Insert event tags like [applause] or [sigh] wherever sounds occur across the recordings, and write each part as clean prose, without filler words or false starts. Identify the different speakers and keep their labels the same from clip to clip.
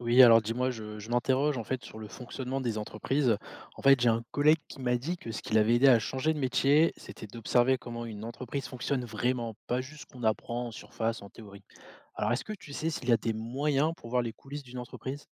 Speaker 1: Oui, alors dis-moi, je m'interroge en fait sur le fonctionnement des entreprises. En fait, j'ai un collègue qui m'a dit que ce qui l'avait aidé à changer de métier, c'était d'observer comment une entreprise fonctionne vraiment, pas juste ce qu'on apprend en surface, en théorie. Alors, est-ce que tu sais s'il y a des moyens pour voir les coulisses d'une entreprise?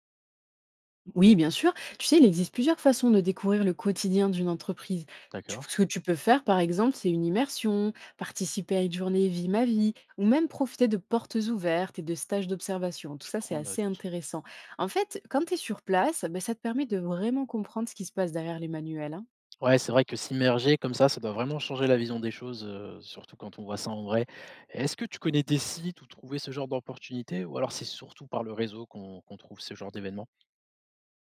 Speaker 2: Oui, bien sûr. Tu sais, il existe plusieurs façons de découvrir le quotidien d'une entreprise.
Speaker 1: D'accord,
Speaker 2: Ce que tu peux faire, par exemple, c'est une immersion, participer à une journée Vie ma vie, ou même profiter de portes ouvertes et de stages d'observation. Tout
Speaker 1: je
Speaker 2: ça, c'est
Speaker 1: prends
Speaker 2: assez
Speaker 1: note.
Speaker 2: intéressant. En fait, quand tu es sur place, ben, ça te permet de vraiment comprendre ce qui se passe derrière les manuels, hein.
Speaker 1: Ouais, c'est vrai que s'immerger comme ça doit vraiment changer la vision des choses, surtout quand on voit ça en vrai. Est-ce que tu connais des sites où trouver ce genre d'opportunités, ou alors c'est surtout par le réseau qu'on trouve ce genre d'événements?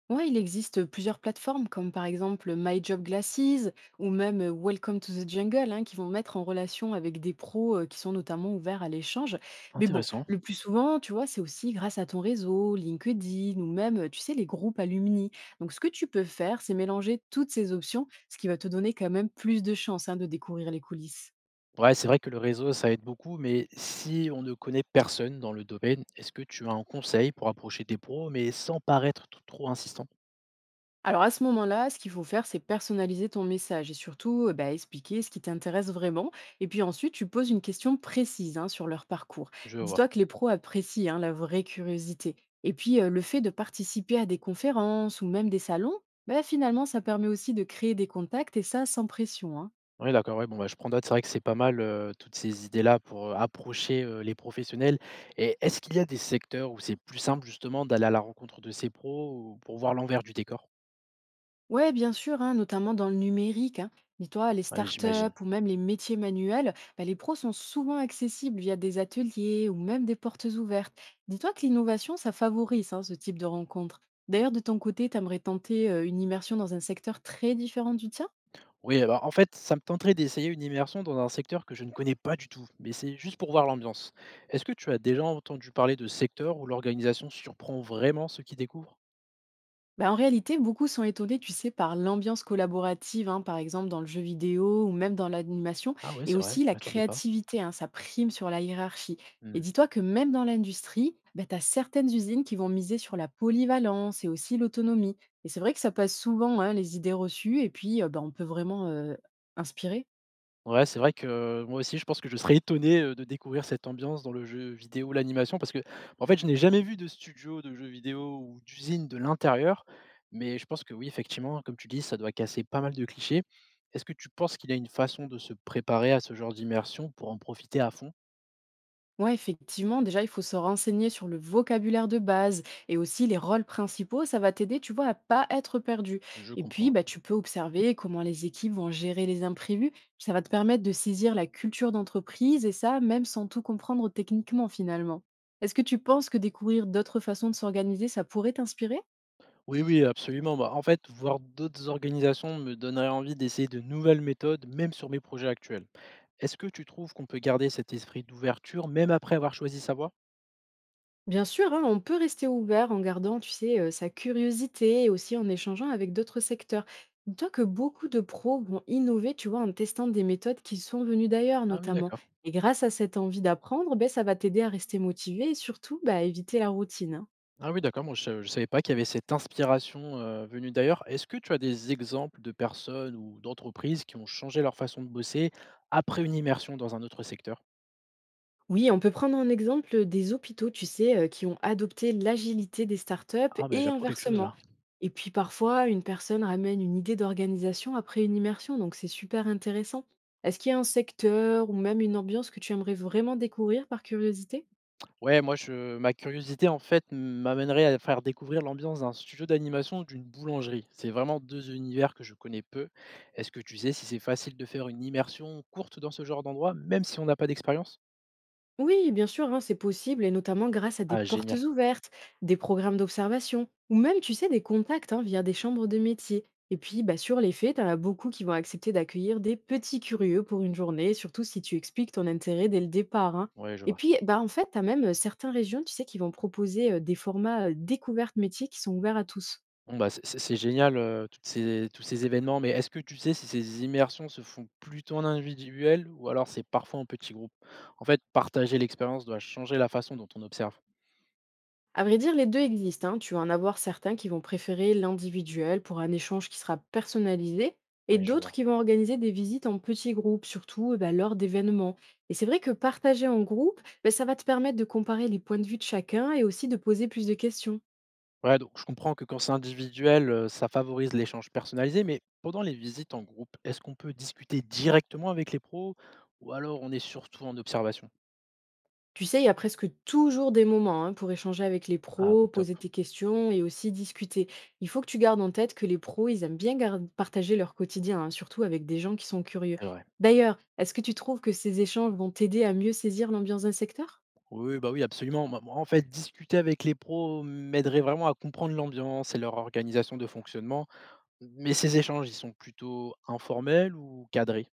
Speaker 2: Ouais, il existe plusieurs plateformes comme par exemple My Job Glasses ou même Welcome to the Jungle, hein, qui vont mettre en relation avec des pros, qui sont notamment ouverts à l'échange. Mais bon,
Speaker 1: Intéressant.
Speaker 2: le plus souvent, tu vois, c'est aussi grâce à ton réseau, LinkedIn ou même, tu sais, les groupes alumni. Donc ce que tu peux faire, c'est mélanger toutes ces options, ce qui va te donner quand même plus de chances, hein, de découvrir les coulisses.
Speaker 1: Ouais, c'est vrai que le réseau, ça aide beaucoup, mais si on ne connaît personne dans le domaine, est-ce que tu as un conseil pour approcher des pros, mais sans paraître trop insistant?
Speaker 2: Alors à ce moment-là, ce qu'il faut faire, c'est personnaliser ton message et surtout bah, expliquer ce qui t'intéresse vraiment. Et puis ensuite, tu poses une question précise, hein, sur leur parcours.
Speaker 1: Je
Speaker 2: Dis-toi
Speaker 1: vois.
Speaker 2: que les pros apprécient, hein, la vraie curiosité. Et puis le fait de participer à des conférences ou même des salons, bah, finalement, ça permet aussi de créer des contacts et ça sans pression, hein.
Speaker 1: Oui, d'accord, ouais, bon, bah, je prends note, c'est vrai que c'est pas mal toutes ces idées-là pour approcher les professionnels. Et est-ce qu'il y a des secteurs où c'est plus simple justement d'aller à la rencontre de ces pros ou pour voir l'envers du décor?
Speaker 2: Ouais, bien sûr, hein, notamment dans le numérique, hein. Dis-toi, les
Speaker 1: Ouais,
Speaker 2: startups
Speaker 1: j'imagine.
Speaker 2: ou même les métiers manuels, bah, les pros sont souvent accessibles via des ateliers ou même des portes ouvertes. Dis-toi que l'innovation, ça favorise, hein, ce type de rencontre. D'ailleurs, de ton côté, t'aimerais tenter une immersion dans un secteur très différent du tien.
Speaker 1: Oui, bah, en fait, ça me tenterait d'essayer une immersion dans un secteur que je ne connais pas du tout, mais c'est juste pour voir l'ambiance. Est-ce que tu as déjà entendu parler de secteurs où l'organisation surprend vraiment ceux qui découvrent?
Speaker 2: Bah, en réalité, beaucoup sont étonnés, tu sais, par l'ambiance collaborative, hein, par exemple dans le jeu vidéo ou même dans l'animation,
Speaker 1: Ah ouais,
Speaker 2: et
Speaker 1: c'est vrai,
Speaker 2: aussi
Speaker 1: je
Speaker 2: la
Speaker 1: m'attendais pas.
Speaker 2: créativité, hein, ça prime sur la hiérarchie. Et
Speaker 1: Hmm.
Speaker 2: dis-toi que même dans l'industrie, bah, tu as certaines usines qui vont miser sur la polyvalence et aussi l'autonomie. Et c'est vrai que ça passe souvent, hein, les idées reçues, et puis bah, on peut vraiment inspirer.
Speaker 1: Ouais, c'est vrai que moi aussi, je pense que je serais étonné de découvrir cette ambiance dans le jeu vidéo, l'animation, parce que en fait, je n'ai jamais vu de studio de jeux vidéo ou d'usine de l'intérieur, mais je pense que oui, effectivement, comme tu dis, ça doit casser pas mal de clichés. Est-ce que tu penses qu'il y a une façon de se préparer à ce genre d'immersion pour en profiter à fond?
Speaker 2: Ouais, effectivement, déjà, il faut se renseigner sur le vocabulaire de base et aussi les rôles principaux. Ça va t'aider, tu vois, à pas être perdu.
Speaker 1: Je
Speaker 2: Et
Speaker 1: comprends,
Speaker 2: puis,
Speaker 1: OK.
Speaker 2: bah, tu peux observer comment les équipes vont gérer les imprévus. Ça va te permettre de saisir la culture d'entreprise et ça, même sans tout comprendre techniquement, finalement. Est-ce que tu penses que découvrir d'autres façons de s'organiser, ça pourrait t'inspirer?
Speaker 1: Oui, oui, absolument. Bah, en fait, voir d'autres organisations me donnerait envie d'essayer de nouvelles méthodes, même sur mes projets actuels. Est-ce que tu trouves qu'on peut garder cet esprit d'ouverture, même après avoir choisi sa voie?
Speaker 2: Bien sûr, hein, on peut rester ouvert en gardant, tu sais, sa curiosité et aussi en échangeant avec d'autres secteurs. Dis-toi que beaucoup de pros vont innover, tu vois, en testant des méthodes qui sont venues d'ailleurs
Speaker 1: Ah oui,
Speaker 2: notamment.
Speaker 1: d'accord.
Speaker 2: Et grâce à cette envie d'apprendre, ben, ça va t'aider à rester motivé et surtout bah, à éviter la routine, hein.
Speaker 1: Ah oui, d'accord. Moi, je ne savais pas qu'il y avait cette inspiration venue d'ailleurs. Est-ce que tu as des exemples de personnes ou d'entreprises qui ont changé leur façon de bosser après une immersion dans un autre secteur?
Speaker 2: Oui, on peut prendre en exemple des hôpitaux, tu sais, qui ont adopté l'agilité des startups
Speaker 1: Ah ben,
Speaker 2: et
Speaker 1: j'apprends quelque chose
Speaker 2: inversement.
Speaker 1: là.
Speaker 2: Et puis parfois, une personne ramène une idée d'organisation après une immersion, donc c'est super intéressant. Est-ce qu'il y a un secteur ou même une ambiance que tu aimerais vraiment découvrir par curiosité?
Speaker 1: Ouais, moi je ma curiosité en fait m'amènerait à faire découvrir l'ambiance d'un studio d'animation ou d'une boulangerie. C'est vraiment 2 univers que je connais peu. Est-ce que tu sais si c'est facile de faire une immersion courte dans ce genre d'endroit, même si on n'a pas d'expérience?
Speaker 2: Oui, bien sûr, hein, c'est possible, et notamment grâce à des
Speaker 1: Ah
Speaker 2: portes
Speaker 1: génial,
Speaker 2: ouvertes, des programmes d'observation, ou même, tu sais, des contacts, hein, via des chambres de métier. Et puis, bah, sur les faits, tu en as beaucoup qui vont accepter d'accueillir des petits curieux pour une journée, surtout si tu expliques ton intérêt dès le départ, hein.
Speaker 1: ouais, je
Speaker 2: Et
Speaker 1: vois.
Speaker 2: puis, bah, en fait, tu as même certaines régions, tu sais, qui vont proposer des formats découvertes métiers qui sont ouverts à tous.
Speaker 1: Bon, bah, c'est génial, toutes ces tous ces événements, mais est-ce que tu sais si ces immersions se font plutôt en individuel ou alors c'est parfois en petit groupe? En fait, partager l'expérience doit changer la façon dont on observe.
Speaker 2: À vrai dire, les deux existent, hein. Tu vas en avoir certains qui vont préférer l'individuel pour un échange qui sera personnalisé et
Speaker 1: Oui, je
Speaker 2: d'autres
Speaker 1: vois.
Speaker 2: qui vont organiser des visites en petits groupes, surtout eh ben, lors d'événements. Et c'est vrai que partager en groupe, ben, ça va te permettre de comparer les points de vue de chacun et aussi de poser plus de questions.
Speaker 1: Ouais, donc je comprends que quand c'est individuel, ça favorise l'échange personnalisé, mais pendant les visites en groupe, est-ce qu'on peut discuter directement avec les pros ou alors on est surtout en observation?
Speaker 2: Tu sais, il y a presque toujours des moments, hein, pour échanger avec les
Speaker 1: Ah
Speaker 2: pros,
Speaker 1: oui, top,
Speaker 2: poser tes questions et aussi discuter. Il faut que tu gardes en tête que les pros, ils aiment bien partager leur quotidien, hein, surtout avec des gens qui sont curieux.
Speaker 1: c'est vrai.
Speaker 2: D'ailleurs, est-ce que tu trouves que ces échanges vont t'aider à mieux saisir l'ambiance d'un secteur?
Speaker 1: Oui, bah, oui, absolument. Moi, en fait, discuter avec les pros m'aiderait vraiment à comprendre l'ambiance et leur organisation de fonctionnement, mais ces échanges, ils sont plutôt informels ou cadrés?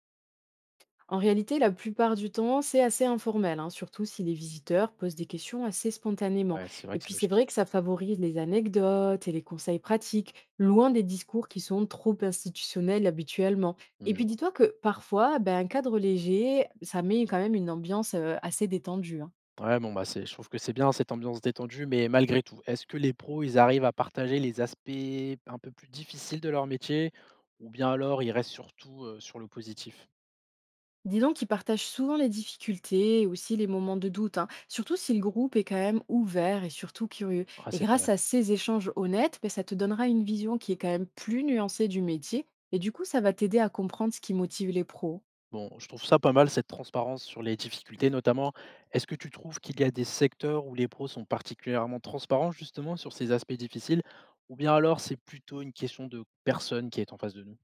Speaker 2: En réalité, la plupart du temps, c'est assez informel, hein, surtout si les visiteurs posent des questions assez spontanément.
Speaker 1: Ouais, c'est vrai
Speaker 2: Et
Speaker 1: que c'est
Speaker 2: puis c'est
Speaker 1: logique.
Speaker 2: vrai que ça favorise les anecdotes et les conseils pratiques, loin des discours qui sont trop institutionnels habituellement.
Speaker 1: Mmh,
Speaker 2: Et
Speaker 1: je
Speaker 2: puis dis-toi que parfois, ben, un cadre léger, ça met quand même une ambiance, assez détendue, hein.
Speaker 1: Ouais, bon, bah, c'est je trouve que c'est bien cette ambiance détendue, mais malgré tout, est-ce que les pros, ils arrivent à partager les aspects un peu plus difficiles de leur métier ou bien alors ils restent surtout, sur le positif?
Speaker 2: Dis donc qu'ils partagent souvent les difficultés et aussi les moments de doute, hein, surtout si le groupe est quand même ouvert et surtout curieux.
Speaker 1: Ah,
Speaker 2: Et
Speaker 1: c'est pas
Speaker 2: grâce
Speaker 1: mal.
Speaker 2: à ces échanges honnêtes, ben, ça te donnera une vision qui est quand même plus nuancée du métier et du coup, ça va t'aider à comprendre ce qui motive les pros.
Speaker 1: Bon, je trouve ça pas mal cette transparence sur les difficultés notamment. Est-ce que tu trouves qu'il y a des secteurs où les pros sont particulièrement transparents justement sur ces aspects difficiles ou bien alors c'est plutôt une question de personne qui est en face de nous?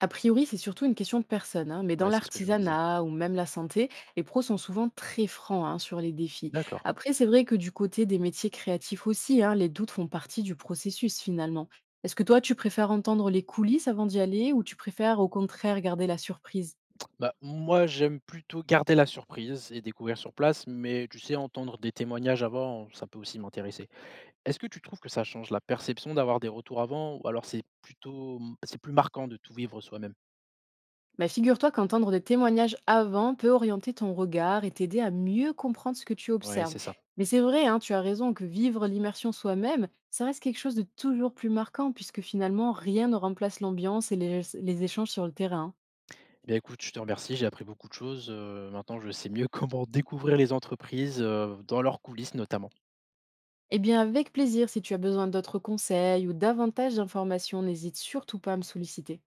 Speaker 2: A priori, c'est surtout une question de personne, hein, mais dans
Speaker 1: Ouais, c'est ce que je me disais.
Speaker 2: l'artisanat ou même la santé, les pros sont souvent très francs, hein, sur les défis.
Speaker 1: D'accord.
Speaker 2: Après, c'est vrai que du côté des métiers créatifs aussi, hein, les doutes font partie du processus finalement. Est-ce que toi, tu préfères entendre les coulisses avant d'y aller ou tu préfères au contraire garder la surprise?
Speaker 1: Bah, moi, j'aime plutôt garder la surprise et découvrir sur place, mais tu sais, entendre des témoignages avant, ça peut aussi m'intéresser. Est-ce que tu trouves que ça change la perception d'avoir des retours avant, ou alors c'est plutôt, mmh, c'est plus marquant de tout vivre soi-même?
Speaker 2: Bah, figure-toi qu'entendre des témoignages avant peut orienter ton regard et t'aider à mieux comprendre ce que tu
Speaker 1: Ouais,
Speaker 2: observes.
Speaker 1: c'est ça.
Speaker 2: Mais c'est vrai, hein, tu as raison que vivre l'immersion soi-même, ça reste quelque chose de toujours plus marquant puisque finalement rien ne remplace l'ambiance et les échanges sur le terrain.
Speaker 1: Eh bien, écoute, je te remercie, j'ai appris beaucoup de choses. Maintenant, je sais mieux [laughs] comment découvrir les entreprises, dans leurs coulisses notamment.
Speaker 2: Eh bien, avec plaisir, si tu as besoin d'autres conseils ou davantage d'informations, n'hésite surtout pas à me solliciter.